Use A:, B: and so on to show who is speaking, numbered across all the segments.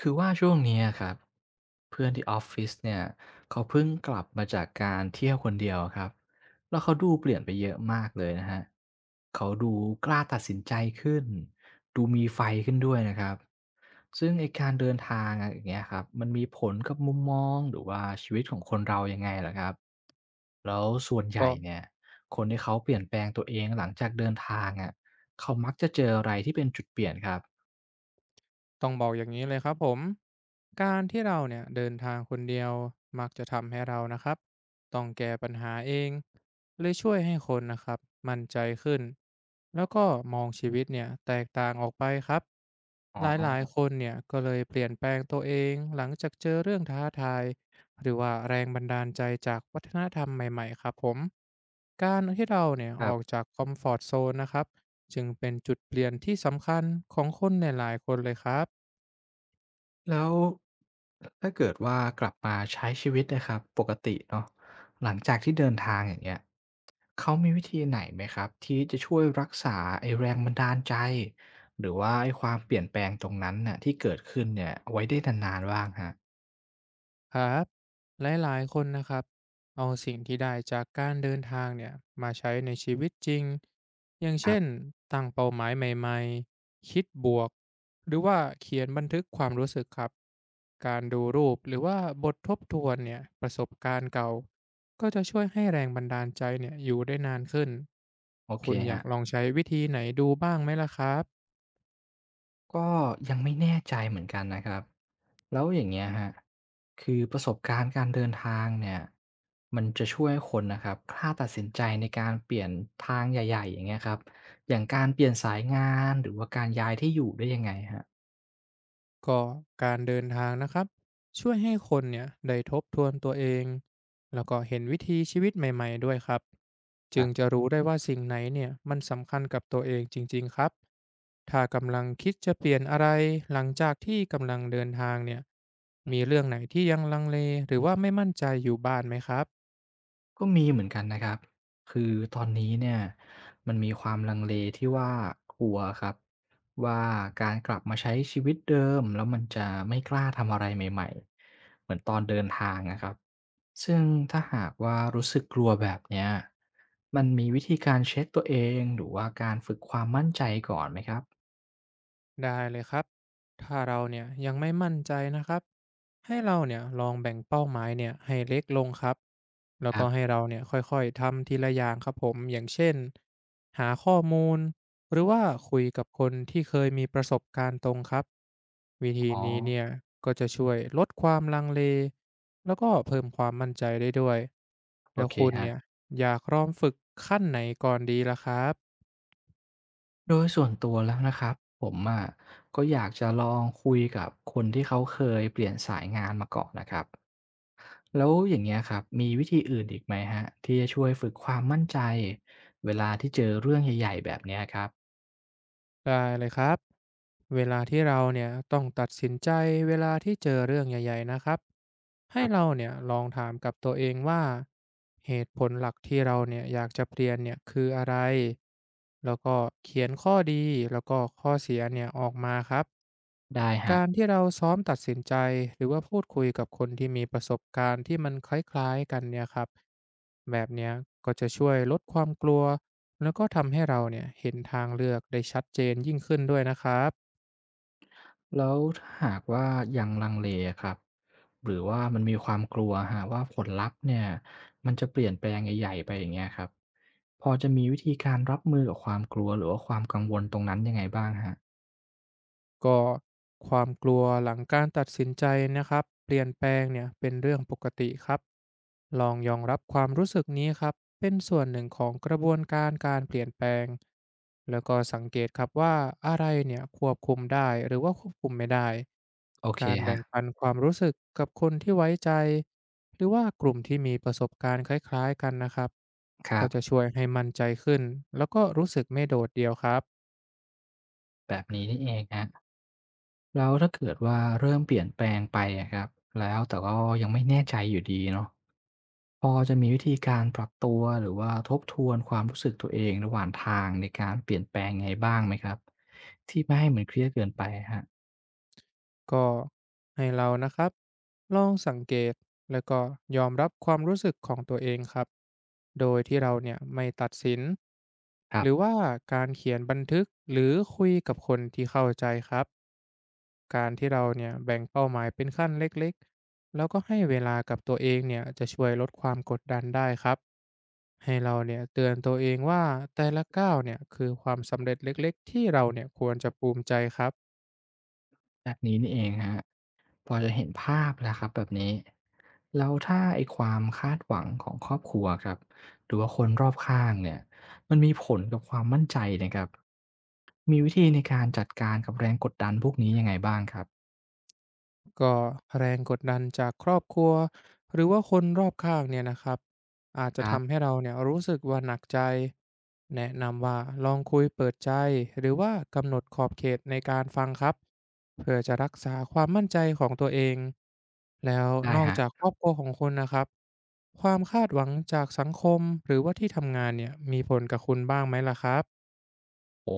A: คือว่าช่วงเนี้ยครับเพื่อนที่ออฟฟิศเนี่ยเขาเพิ่งกลับมาจากการเที่ยวคนเดียวครับแล้วเขาดูเปลี่ยนไปเยอะมากเลยนะฮะเขาดูกล้าตัดสินใจขึ้นดูมีไฟขึ้นด้วยนะครับซึ่งไอการเดินทางอะอย่างเงี้ยครับมันมีผลกับมุมมองหรือว่าชีวิตของคนเรายังไงลหครับแล้วส่วนให
B: ก็
A: ญ่เนี่ยคนที่เขาเปลี่ยนแปลงตัวเองหลังจากเดินทางอ่ะเขามักจะเจออะไรที่เป็นจุดเปลี่ยนครับ
B: ต้องบอกอย่างนี้เลยครับผมการที่เราเนี่ยเดินทางคนเดียวมักจะทำให้เรานะครับต้องแก้ปัญหาเองเลยช่วยให้คนนะครับมั่นใจขึ้นแล้วก็มองชีวิตเนี่ยแตกต่างออกไปครับ
A: อ๋
B: ห
A: อ
B: ลายๆคนเนี่ยก็เลยเปลี่ยนแปลงตัวเองหลังจากเจอเรื่องท้าทายหรือว่าแรงบันดาลใจจากวัฒนธรรมใหม่ๆครับผมการที่เราเนี่ย
A: ค
B: อ
A: รั
B: อก
A: บ
B: จากคอมฟอร์ตโซนนะครับ จึงเป็นจุดเปลี่ยนที่สำคัญของคนในหลายๆคนเลยครับ
A: แล้วถ้าเกิดว่ากลับมาใช้ชีวิตนะครับปกติเนาะหลังจากที่เดินทางอย่างเงี้ยเขามีวิธีไหนไหมครับที่จะช่วยรักษาไอ้แรงบันดาลใจหรือว่าไอ้ความเปลี่ยนแปลงตรงนั้นน่ะที่เกิดขึ้นเนี่ยเอาไว้ได้นานๆบ้างฮะ
B: ครับหลายๆคนนะครับ เอาสิ่งที่ได้จากการเดินทางเนี่ยมาใช้ในชีวิตจริงอย่าง
A: ครั
B: เช่น
A: บ
B: ตั้งเป้าหมายใหม่ๆคิดบวก หรือว่าเขียนบันทึกความรู้สึกครับ การดูรูปหรือว่าบททบทวนเนี่ยประสบการณ์เก่า ก็จะช่วยให้แรงบันดาลใจเนี่ยอยู่ได้นานขึ้น
A: โอเค
B: คุณอยา
A: ฮะ
B: กลองใช้วิธีไหนดูบ้างไหมล่ะครับ
A: ก็ยังไม่แน่ใจเหมือนกันนะครับแล้วอย่างเงี้ยฮะคือประสบการณ์การเดินทางเนี่ยมันจะช่วยให้คนนะครับกล้าตัดสินใจในการเปลี่ยนทางใหญ่ๆอย่างเงี้ยครับอย่างการเปลี่ยนสายงานหรือว่าการย้ายที่อยู่ได้ยังไงครับ
B: ก็การเดินทางนะครับช่วยให้คนเนี่ยได้ทบทวนตัวเองแล้วก็เห็นวิธีชีวิตใหม่ๆด้วยครับจึงจะรู้ได้ว่าสิ่งไหนเนี่ยมันสำคัญกับตัวเองจริงๆครับถ้ากำลังคิดจะเปลี่ยนอะไรหลังจากที่กำลังเดินทางเนี่ยมีเรื่องไหนที่ยังลังเลหรือว่าไม่มั่นใจอยู่บ้านไหมครับ
A: ก็มีเหมือนกันนะครับ คือตอนนี้เนี่ยมันมีความลังเลที่ว่ากลัวครับว่าการกลับมาใช้ชีวิตเดิมแล้วมันจะไม่กล้าทำอะไรใหม่ๆเหมือนตอนเดินทางนะครับซึ่งถ้าหากว่ารู้สึกกลัวแบบเนี้ยมันมีวิธีการเช็คตัวเองหรือว่าการฝึกความมั่นใจก่อนไหมครับ
B: ได้เลยครับ ถ้าเราเนี่ยยังไม่มั่นใจนะครับให้เราเนี่ยลองแบ่งเป้าหมายเนี่ยให้เล็กลงครับแล้ว
A: ครั
B: ก็ให้
A: บ
B: เราเนี่ยค่อยๆทำทีละอย่างครับผมอย่างเช่นหาข้อมูลหรือว่าคุยกับคนที่เคยมีประสบการณ์ตรงครับวิธี
A: อ๋อ
B: นี้เนี่ยก็จะช่วยลดความลังเลแล้วก็เพิ่มความมั่นใจได้ด้วย
A: โอ
B: แล้ว
A: เค
B: คุณ
A: ครั
B: เนี่ย
A: บ
B: อยากลองฝึกขั้นไหนก่อนดีล่ะครับ
A: โดยส่วนตัวแล้วนะครับผมอะก็อยากจะลองคุยกับคนที่เขาเคยเปลี่ยนสายงานมาก่อนนะครับแล้วอย่างเงี้ยครับมีวิธีอื่นอีกไหมฮะที่จะช่วยฝึกความมั่นใจเวลาที่เจอเรื่องใหญ่ๆแบบเนี้ยครับ
B: ได้เลยครับเวลาที่เราเนี่ยต้องตัดสินใจเวลาที่เจอเรื่องใหญ่ๆนะครับให้
A: ครั
B: เรา
A: บ
B: เนี่ยลองถามกับตัวเองว่าเหตุผลหลักที่เราเนี่ยอยากจะเปลี่ยนเนี่ยคืออะไรแล้วก็เขียนข้อดีแล้วก็ข้อเสียเนี่ยออกมาครับ
A: ได้ฮะ
B: การที่เราซ้อมตัดสินใจหรือว่าพูดคุยกับคนที่มีประสบการณ์ที่มันคล้ายๆกันเนี่ยครับแบบเนี้ยก็จะช่วยลดความกลัว แล้วก็ทำให้เราเนี่ยเห็นทางเลือกได้ชัดเจนยิ่งขึ้นด้วยนะครับ
A: แล้วถ้าหากว่ายังลังเลครับหรือว่ามันมีความกลัวฮะว่าผลลัพธ์เนี่ยมันจะเปลี่ยนแปลงใหญ่ๆไปอย่างเงี้ยครับพอจะมีวิธีการรับมือกับความกลัวหรือว่าความกังวลตรงนั้นยังไงบ้างฮะ
B: ก็ความกลัวหลังการตัดสินใจนะครับเปลี่ยนแปลงเนี่ยเป็นเรื่องปกติครับลองยอมรับความรู้สึกนี้ครับเป็นส่วนหนึ่งของกระบวนการการเปลี่ยนแปลงแล้วก็สังเกตครับว่าอะไรเนี่ยควบคุมได้หรือว่าควบคุมไม่ได้
A: โอเค
B: การ
A: ครั
B: แบ่
A: บ
B: งปันความรู้สึกกับคนที่ไว้ใจหรือว่ากลุ่มที่มีประสบการณ์คล้ายๆกันนะครับ
A: ค
B: ก็
A: รับ
B: จะช่วยให้มั่นใจขึ้นแล้วก็รู้สึกไม่โดดเดี่ยวครับ
A: แบบนี้นี่เองครับแล้วถ้าเกิดว่าเริ่มเปลี่ยนแปลงไปอะครับแล้วแต่ก็ยังไม่แน่ใจอยู่ดีเนาะพอจะมีวิธีการปรับตัวหรือว่าทบทวนความรู้สึกตัวเองระหว่างทางในการเปลี่ยนแปลงไงบ้างไหมครับที่ไม่ให้มันเครียดเกินไปอะครับ
B: ก็ให้เรานะครับลองสังเกตแล้วก็ยอมรับความรู้สึกของตัวเองครับโดยที่เราเนี่ยไม่ตัดสิน
A: ค
B: ห
A: รับ
B: รือว่าการเขียนบันทึกหรือคุยกับคนที่เข้าใจครับการที่เราเนี่ยแบ่งเป้าหมายเป็นขั้นเล็กๆแล้วก็ให้เวลากับตัวเองเนี่ยจะช่วยลดความกดดันได้ครับให้เราเนี่ยเตือนตัวเองว่าแต่ละก้าวเนี่ยคือความสำเร็จเล็กๆที่เราเนี่ยควรจะภูมิใจครับ
A: แบบนี้นี่เองครับ พอจะเห็นภาพแล้วครับแบบนี้แล้วถ้าไอ้ความคาดหวังของครอบครัวครับหรือว่าคนรอบข้างเนี่ย มันมีผลกับความมั่นใจนะครับ มีวิธีในการจัดการกับแรงกดดันพวกนี้ยังไงบ้างครับ
B: ก็แรงกดดันจากครอบครัวหรือว่าคนรอบข้างเนี่ยนะครับอาจจะ
A: ครั
B: ทำ
A: บ
B: ให้เราเนี่ยรู้สึกว่าหนักใจแนะนำว่าลองคุยเปิดใจหรือว่ากำหนดขอบเขตในการฟังครับเพื่อจะรักษาความมั่นใจของตัวเองแล้ว
A: ได้
B: นอ
A: ค
B: ก
A: รับ
B: จากครอบครัวของคุณนะครับความคาดหวังจากสังคมหรือว่าที่ทำงานเนี่ยมีผลกับคุณบ้างไหมล่ะครับ
A: โอ้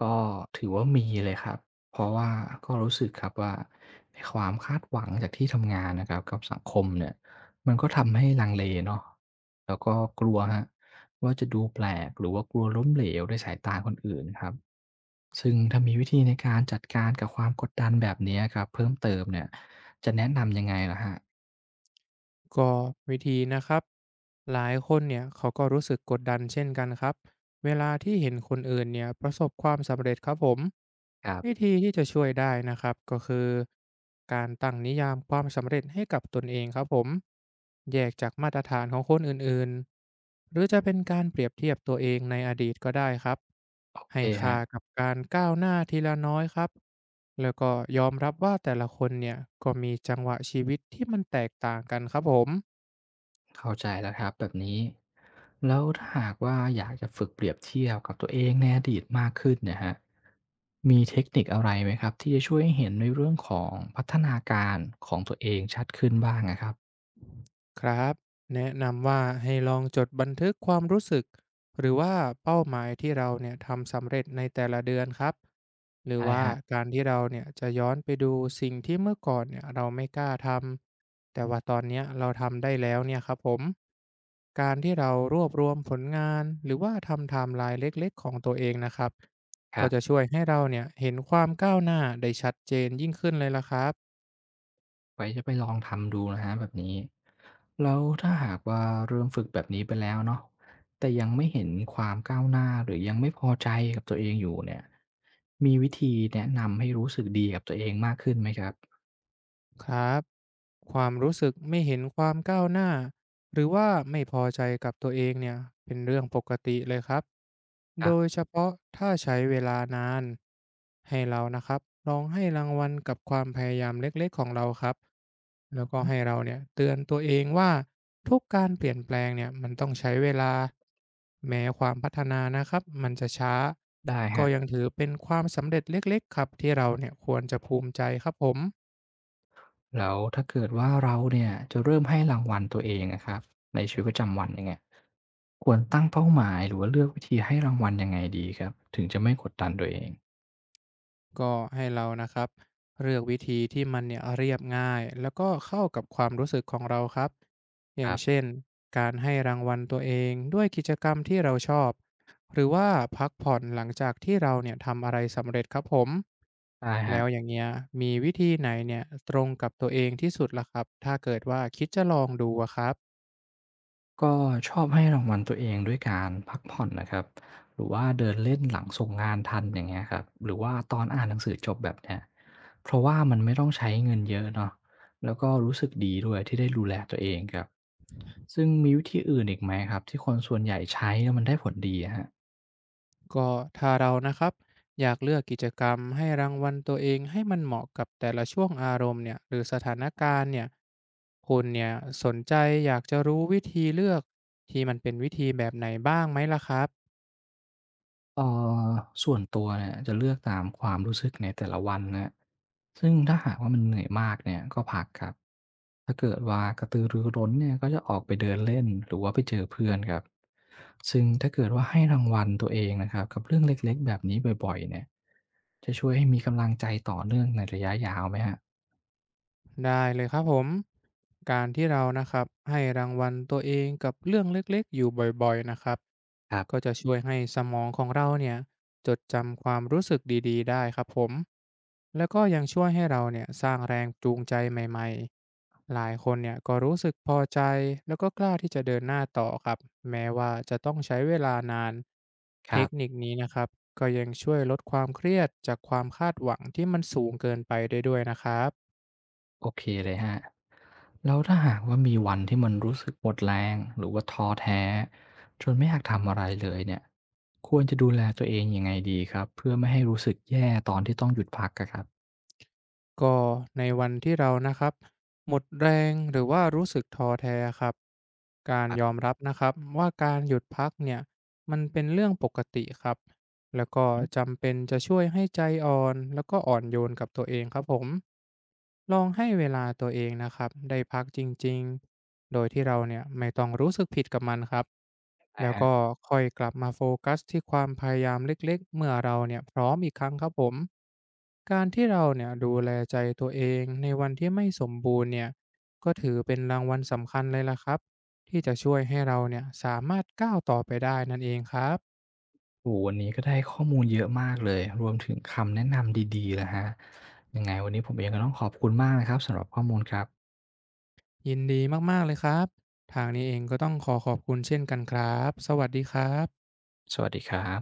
A: ก็ถือว่ามีเลยครับ เพราะว่าก็รู้สึกครับว่าในความคาดหวังจากที่ทำงานนะครับกับสังคมเนี่ยมันก็ทำให้ลังเลเนาะแล้วก็กลัวครับว่าจะดูแปลกหรือว่ากลัวล้มเหลวในสายตาคนอื่นครับ ซึ่งถ้ามีวิธีในการจัดการกับความกดดันแบบเนี้ยครับเพิ่มเติมเนี่ยจะแนะนำยังไงเหรอครับ
B: ก็วิธีนะครับหลายคนเนี่ยเขาก็รู้สึกกดดันเช่นกันครับเวลาที่เห็นคนอื่นเนี่ยประสบความสำเร็จครับผม
A: ครั
B: วิ
A: บ
B: ธีที่จะช่วยได้นะครับก็คือการตั้งนิยามความสำเร็จให้กับตนเองครับผมแยกจากมาตรฐานของคนอื่นๆหรือจะเป็นการเปรียบเทียบตัวเองในอดีตก็ได้ครับ
A: โอเค
B: ให้
A: ค
B: ค่า
A: รับ
B: กับการก้าวหน้าทีละน้อยครับแล้วก็ยอมรับว่าแต่ละคนเนี่ยก็มีจังหวะชีวิตที่มันแตกต่างกันครับผม
A: เข้าใจแล้วครับแบบนี้แล้วถ้าหากว่าอยากจะฝึกเปรียบเทียบกับตัวเองในอดีตมากขึ้นเนี่ยฮะมีเทคนิคอะไรไหมครับที่จะช่วยให้เห็นในเรื่องของพัฒนาการของตัวเองชัดขึ้นบ้างนะครับ
B: ครับแนะนำว่าให้ลองจดบันทึกความรู้สึกหรือว่าเป้าหมายที่เราเนี่ยทำสำเร็จในแต่ละเดือนครับหรือ
A: ได้
B: ว่า
A: ครับ
B: การที่เราเนี่ยจะย้อนไปดูสิ่งที่เมื่อก่อนเนี่ยเราไม่กล้าทำแต่ว่าตอนเนี้ยเราทำได้แล้วเนี่ยครับผมการที่เรารวบรวมผลงานหรือว่าทำไทม์ไลน์เล็กๆของตัวเองนะครับ
A: ค
B: ก็
A: รับ
B: จะช่วยให้เราเนี่ยเห็นความก้าวหน้าได้ชัดเจนยิ่งขึ้นเลยละครับ
A: ไว้จะไปลองทำดูนะฮะแบบนี้แล้วถ้าหากว่าเริ่มฝึกแบบนี้ไปแล้วเนาะแต่ยังไม่เห็นความก้าวหน้าหรือยังไม่พอใจกับตัวเองอยู่เนี่ยมีวิธีแนะนำให้รู้สึกดีกับตัวเองมากขึ้นไหมครับ
B: ครับความรู้สึกไม่เห็นความก้าวหน้าหรือว่าไม่พอใจกับตัวเองเนี่ยเป็นเรื่องปกติเลยครับ
A: ครั
B: โดย
A: บ
B: เฉพาะถ้าใช้เวลานานให้เรานะครับลองให้รางวัลกับความพยายามเล็กๆของเราครับแล้วก็
A: อืม
B: ให้เราเนี่ยเตือนตัวเองว่าทุกการเปลี่ยนแปลงเนี่ยมันต้องใช้เวลาแม้ความพัฒนานะครับมันจะช้า
A: ได้
B: ก็
A: ฮะ
B: ยังถือเป็นความสำเร็จเล็กๆครับที่เราเนี่ยควรจะภูมิใจครับผม
A: แล้วถ้าเกิดว่าเราเนี่ยจะเริ่มให้รางวัลตัวเองนะครับในชีวิตประจำวันอย่างเงี้ยควรตั้งเป้าหมายหรือว่าเลือกวิธีให้รางวัลยังไงดีครับถึงจะไม่กดดันตัวเอง
B: ก็ให้เรานะครับเลือกวิธีที่มันเนี่ยเรียบง่ายแล้วก็เข้ากับความรู้สึกของเราครับอ
A: ค
B: ย่าง
A: รั
B: เช่
A: บ
B: นการให้รางวัลตัวเองด้วยกิจกรรมที่เราชอบหรือว่าพักผ่อนหลังจากที่เราเนี่ยทำอะไรสำเร็จครับผม
A: ใช่ครั
B: แล้วอ
A: บ
B: ย่างเงี้ยมีวิธีไหนเนี่ยตรงกับตัวเองที่สุดล่ะครับถ้าเกิดว่าคิดจะลองดูอะครับ
A: ก็ชอบให้รางวัลตัวเองด้วยการพักผ่อนนะครับหรือว่าเดินเล่นหลังส่งงานทันอย่างเงี้ยครับหรือว่าตอนอ่านหนังสือจบแบบเนี้ยเพราะว่ามันไม่ต้องใช้เงินเยอะเนาะแล้วก็รู้สึกดีด้วยที่ได้ดูแลตัวเองครับซึ่งมีวิธีอื่นอีกไหมครับที่คนส่วนใหญ่ใช้แล้วมันได้ผลดีอะฮะ
B: ก็ถ้าเรานะครับอยากเลือกกิจกรรมให้รางวัลตัวเองให้มันเหมาะกับแต่ละช่วงอารมณ์เนี่ยหรือสถานการณ์เนี่ยคุณเนี่ยสนใจอยากจะรู้วิธีเลือกที่มันเป็นวิธีแบบไหนบ้างไหมล่ะครับ
A: เอ่อส่วนตัวเนี่ยจะเลือกตามความรู้สึกในแต่ละวันนะครับซึ่งถ้าหากว่ามันเหนื่อยมากเนี่ยก็พักครับถ้าเกิดว่ากระตือรือร้นเนี่ยก็จะออกไปเดินเล่นหรือว่าไปเจอเพื่อนครับซึ่งถ้าเกิดว่าให้รางวัลตัวเองนะครับกับเรื่องเล็กๆแบบนี้บ่อยๆเนี่ยจะช่วยให้มีกำลังใจต่อเนื่องในระยะยาวไหมครับ
B: ได้เลยครับผมการที่เรานะครับให้รางวัลตัวเองกับเรื่องเล็กๆอยู่บ่อยๆนะครับ
A: ครั
B: ก็
A: บ
B: จะช่วยให้สมองของเราเนี่ยจดจำความรู้สึกดีๆได้ครับผมแล้วก็ยังช่วยให้เราเนี่ยสร้างแรงจูงใจใหม่ๆหลายคนเนี่ยก็รู้สึกพอใจแล้วก็กล้าที่จะเดินหน้าต่อครับแม้ว่าจะต้องใช้เวลานาน
A: ค
B: เท
A: รั
B: คนิค
A: บ
B: นี้นะครับก็ยังช่วยลดความเครียดจากความคาดหวังที่มันสูงเกินไปได้ด้วยนะครับ
A: โอเคเลยฮะัแล้วถ้าหากว่ามีวันที่มันรู้สึกหมดแรงหรือว่าท้อแท้จนไม่อยากทำอะไรเลยเนี่ยควรจะดูแลตัวเองยังไงดีครับเพื่อไม่ให้รู้สึกแย่ตอนที่ต้องหยุดพักอะครับ
B: ก็ในวันที่เรานะครับหมดแรงหรือว่ารู้สึกท้อแท้ครับการ
A: ครั
B: ยอ
A: บ
B: มรับนะครับว่าการหยุดพักเนี่ยมันเป็นเรื่องปกติครับ แล้วก็
A: อือฮึ
B: จำเป็นจะช่วยให้ใจอ่อนแล้วก็อ่อนโยนกับตัวเองครับผมลองให้เวลาตัวเองนะครับได้พักจริงๆโดยที่เราเนี่ยไม่ต้องรู้สึกผิดกับมันครับแล้ว
A: ใช่ั
B: ก็ค่อยกลับมาโฟกัสที่ความพยายามเล็กๆเมื่อเราเนี่ยพร้อมอีกครั้งครับผมการที่เราเนี่ยดูแลใจตัวเองในวันที่ไม่สมบูรณ์เนี่ยก็ถือเป็นรางวัลสำคัญเลยล่ะครับที่จะช่วยให้เราเนี่ยสามารถก้าวต่อไปได้นั่นเองครับ
A: โอ้โฮวันนี้ก็ได้ข้อมูลเยอะมากเลยรวมถึงคำแนะนำดีๆนะครยังไงวันนี้ผมเองก็ต้องขอบคุณมากนะครับสำหรับข้อมูลครับ
B: ยินดีมากๆเลยครับทางนี้เองก็ต้องขอขอบคุณเช่นกันครับสวัสดีครับ
A: สวัสดีครับ